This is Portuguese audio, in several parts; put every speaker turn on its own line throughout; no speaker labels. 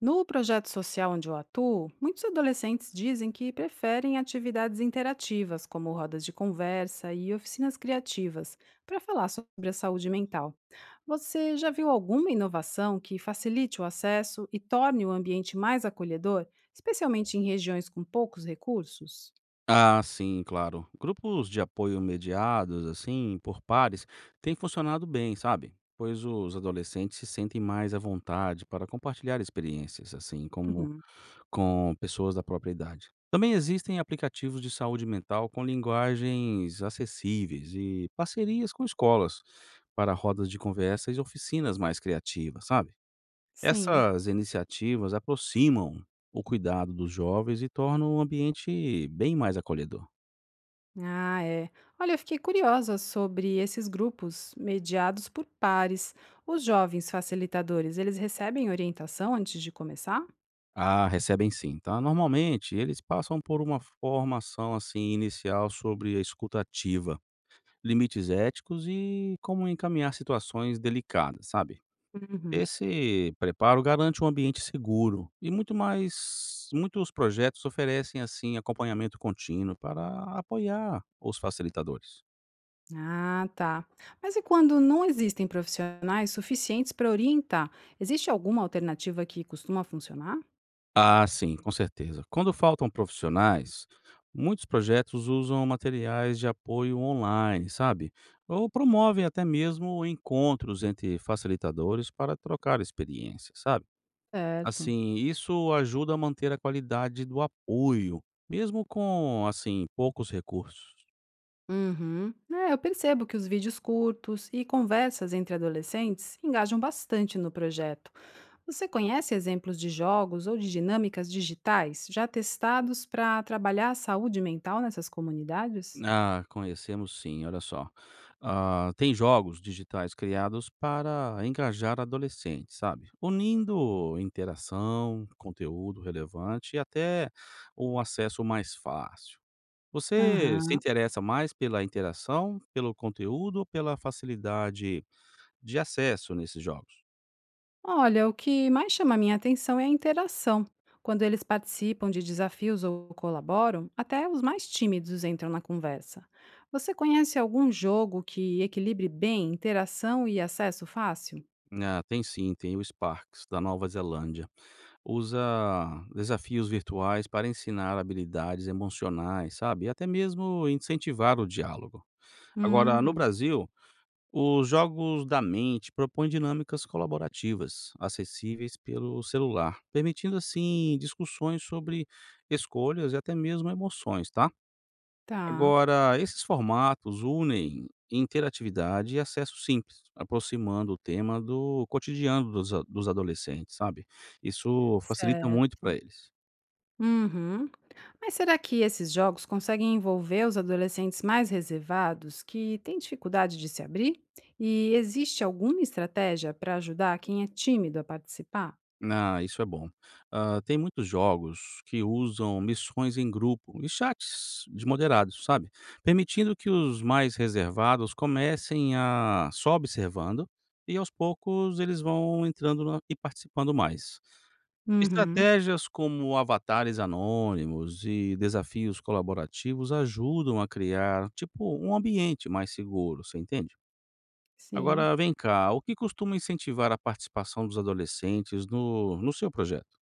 No projeto social onde eu atuo, muitos adolescentes dizem que preferem atividades interativas, como rodas de conversa e oficinas criativas, para falar sobre a saúde mental. Você já viu alguma inovação que facilite o acesso e torne o ambiente mais acolhedor, especialmente em regiões com poucos recursos?
Ah, sim, claro. Grupos de apoio mediados, assim, por pares, têm funcionado bem, sabe? Pois os adolescentes se sentem mais à vontade para compartilhar experiências, assim, como
Uhum.
com pessoas da própria idade. Também existem aplicativos de saúde mental com linguagens acessíveis e parcerias com escolas para rodas de conversas e oficinas mais criativas, sabe?
Sim.
Essas iniciativas aproximam o cuidado dos jovens e tornam o ambiente bem mais acolhedor.
Ah, é. Olha, eu fiquei curiosa sobre esses grupos mediados por pares. Os jovens facilitadores, eles recebem orientação antes de começar?
Ah, recebem sim, tá? Normalmente, eles passam por uma formação assim inicial sobre a escuta ativa, limites éticos e como encaminhar situações delicadas, sabe?
Uhum.
Esse preparo garante um ambiente seguro e muito mais muitos projetos oferecem assim acompanhamento contínuo para apoiar os facilitadores.
Ah, tá. Mas e quando não existem profissionais suficientes para orientar? Existe alguma alternativa que costuma funcionar?
Ah, sim, com certeza. Quando faltam profissionais, muitos projetos usam materiais de apoio online, sabe? Ou promovem até mesmo encontros entre facilitadores para trocar experiências, sabe?
Certo.
Assim, isso ajuda a manter a qualidade do apoio, mesmo com assim poucos recursos.
Uhum. É, eu percebo que os vídeos curtos e conversas entre adolescentes engajam bastante no projeto. Você conhece exemplos de jogos ou de dinâmicas digitais já testados para trabalhar a saúde mental nessas comunidades?
Ah, conhecemos sim, olha só. Ah, tem jogos digitais criados para engajar adolescentes, sabe? Unindo interação, conteúdo relevante e até um acesso mais fácil. Você se
Aham.
interessa mais pela interação, pelo conteúdo ou pela facilidade de acesso nesses jogos?
Olha, o que mais chama a minha atenção é a interação. Quando eles participam de desafios ou colaboram, até os mais tímidos entram na conversa. Você conhece algum jogo que equilibre bem interação e acesso fácil?
Ah, tem sim, tem o Sparks da Nova Zelândia. Usa desafios virtuais para ensinar habilidades emocionais, sabe, e até mesmo incentivar o diálogo. Agora, no
Hum,
Brasil, os Jogos da Mente propõem dinâmicas colaborativas, acessíveis pelo celular, permitindo, assim, discussões sobre escolhas e até mesmo emoções, tá?
tá,
Agora, esses formatos unem interatividade e acesso simples, aproximando o tema do cotidiano dos adolescentes, sabe? Isso facilita
certo.
muito para eles.
Uhum. Mas será que esses jogos conseguem envolver os adolescentes mais reservados que têm dificuldade de se abrir? E existe alguma estratégia para ajudar quem é tímido a participar?
Ah, isso é bom. Ah, tem muitos jogos que usam missões em grupo e chats de moderados, sabe? Permitindo que os mais reservados comecem a só observando e aos poucos eles vão entrando na- e participando mais.
Uhum,
Estratégias como avatares anônimos e desafios colaborativos ajudam a criar, tipo, um ambiente mais seguro, você entende?
sim.
Agora, vem cá, o que costuma incentivar a participação dos adolescentes no seu projeto?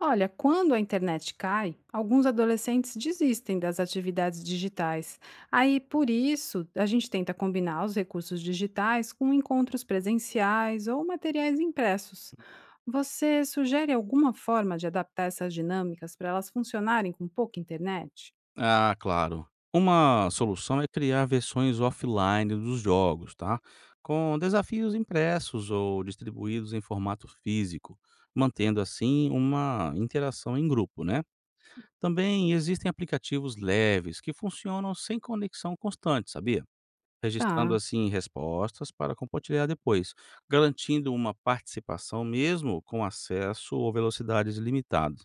Olha, quando a internet cai, alguns adolescentes desistem das atividades digitais. Aí, por isso, a gente tenta combinar os recursos digitais com encontros presenciais ou materiais impressos. Você sugere alguma forma de adaptar essas dinâmicas para elas funcionarem com pouca internet?
Ah, claro. Uma solução é criar versões offline dos jogos, tá? Com desafios impressos ou distribuídos em formato físico, mantendo assim uma interação em grupo, né? Também existem aplicativos leves que funcionam sem conexão constante, sabia?
Tá.
Registrando assim respostas para compartilhar depois, garantindo uma participação mesmo com acesso ou velocidades limitadas.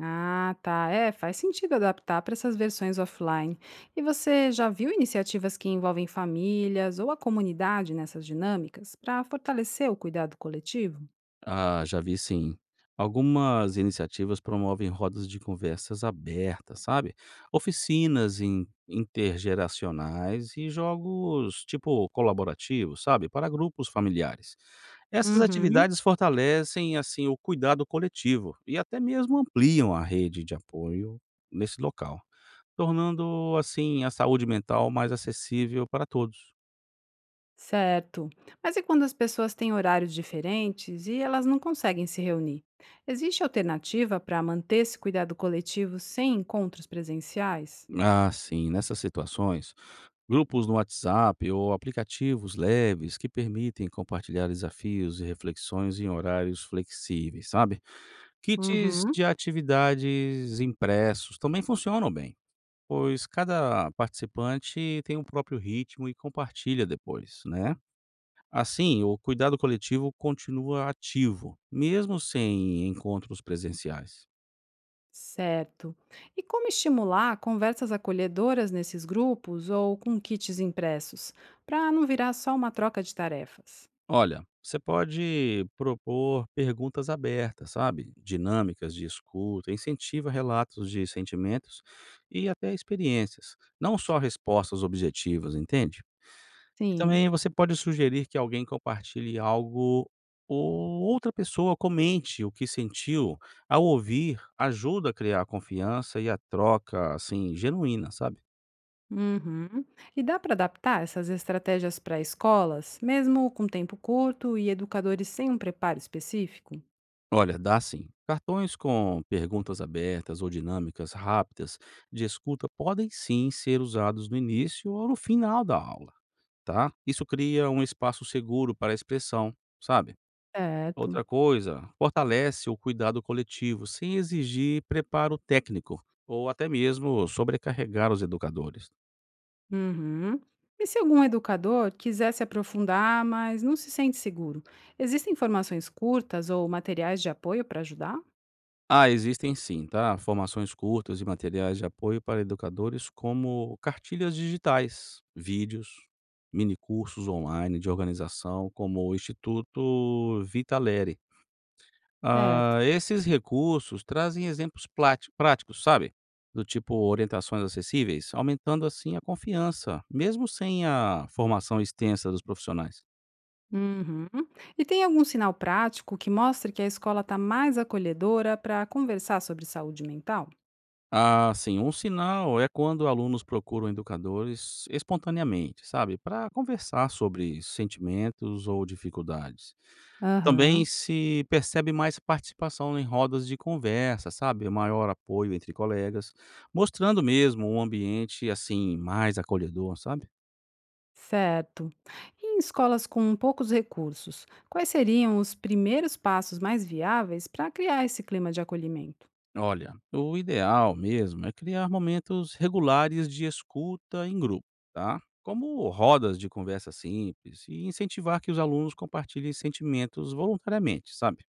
Ah, tá. É, faz sentido adaptar para essas versões offline. E você já viu iniciativas que envolvem famílias ou a comunidade nessas dinâmicas para fortalecer o cuidado coletivo?
Ah, já vi sim. Algumas iniciativas promovem rodas de conversas abertas, sabe? Oficinas intergeracionais e jogos tipo colaborativos, sabe? Para grupos familiares. Essas
Uhum.
atividades fortalecem, assim, o cuidado coletivo e até mesmo ampliam a rede de apoio nesse local, tornando, assim, a saúde mental mais acessível para todos.
Certo. Mas e quando as pessoas têm horários diferentes e elas não conseguem se reunir? Existe alternativa para manter esse cuidado coletivo sem encontros presenciais?
Ah, sim, nessas situações, grupos no WhatsApp ou aplicativos leves que permitem compartilhar desafios e reflexões em horários flexíveis, sabe? Kits
Uhum.
de atividades impressos também funcionam bem. Pois cada participante tem o próprio ritmo e compartilha depois, né? Assim, o cuidado coletivo continua ativo, mesmo sem encontros presenciais.
Certo. E como estimular conversas acolhedoras nesses grupos ou com kits impressos, para não virar só uma troca de tarefas?
Olha, você pode propor perguntas abertas, sabe? Dinâmicas de escuta, incentiva relatos de sentimentos e até experiências, não só respostas objetivas, entende? E
Sim.
também você pode sugerir que alguém compartilhe algo ou outra pessoa comente o que sentiu ao ouvir, ajuda a criar a confiança e a troca, assim, genuína, sabe.
Uhum. E dá para adaptar essas estratégias para escolas, mesmo com tempo curto e educadores sem um preparo específico?
Olha, dá sim. Cartões com perguntas abertas ou dinâmicas rápidas de escuta podem sim ser usados no início ou no final da aula, tá. Isso cria um espaço seguro para a expressão, sabe.
Certo.
Outra coisa, fortalece o cuidado coletivo sem exigir preparo técnico ou até mesmo sobrecarregar os educadores.
Uhum. E se algum educador quiser se aprofundar, mas não se sente seguro, existem informações curtas ou materiais de apoio para ajudar?
Ah, existem sim, tá? Formações curtas e materiais de apoio para educadores como cartilhas digitais, vídeos, minicursos online de organização como o Instituto Vitaleri.
Certo.
Ah, esses recursos trazem exemplos práticos, sabe? Do tipo orientações acessíveis, aumentando assim a confiança, mesmo sem a formação extensa dos profissionais.
Uhum. E tem algum sinal prático que mostre que a escola está mais acolhedora para conversar sobre saúde mental?
Ah, sim, um sinal é quando alunos procuram educadores espontaneamente, sabe? Para conversar sobre sentimentos ou dificuldades. Também
Aham,
se percebe mais participação em rodas de conversa, sabe? Maior apoio entre colegas, mostrando mesmo um ambiente assim mais acolhedor, sabe?
certo. E em escolas com poucos recursos, quais seriam os primeiros passos mais viáveis para criar esse clima de acolhimento?
Olha, o ideal mesmo é criar momentos regulares de escuta em grupo, tá? Como rodas de conversa simples e incentivar que os alunos compartilhem sentimentos voluntariamente, sabe?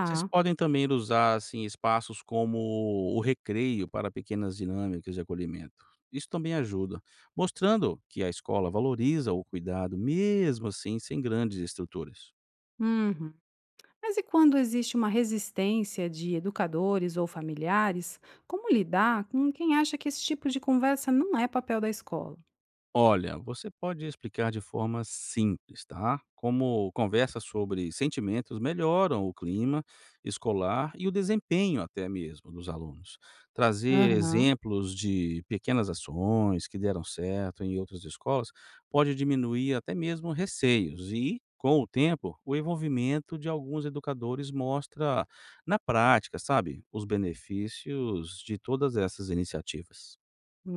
Vocês podem também usar assim espaços como o recreio para pequenas dinâmicas de acolhimento. Isso também ajuda, mostrando que a escola valoriza o cuidado mesmo assim sem grandes estruturas.
Uhum. Mas e quando existe uma resistência de educadores ou familiares, como lidar com quem acha que esse tipo de conversa não é papel da escola?
Olha, você pode explicar de forma simples, tá? Como conversas sobre sentimentos melhoram o clima escolar e o desempenho até mesmo dos alunos. Trazer
Aham.
exemplos de pequenas ações que deram certo em outras escolas pode diminuir até mesmo receios e com o tempo, o envolvimento de alguns educadores mostra na prática, sabe, os benefícios de todas essas iniciativas.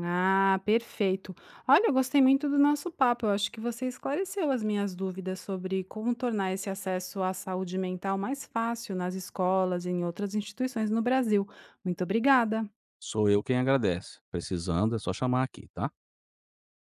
Ah, perfeito. Olha, eu gostei muito do nosso papo. Eu acho que você esclareceu as minhas dúvidas sobre como tornar esse acesso à saúde mental mais fácil nas escolas e em outras instituições no Brasil. Muito obrigada.
Sou eu quem agradece. Precisando é só chamar aqui, tá?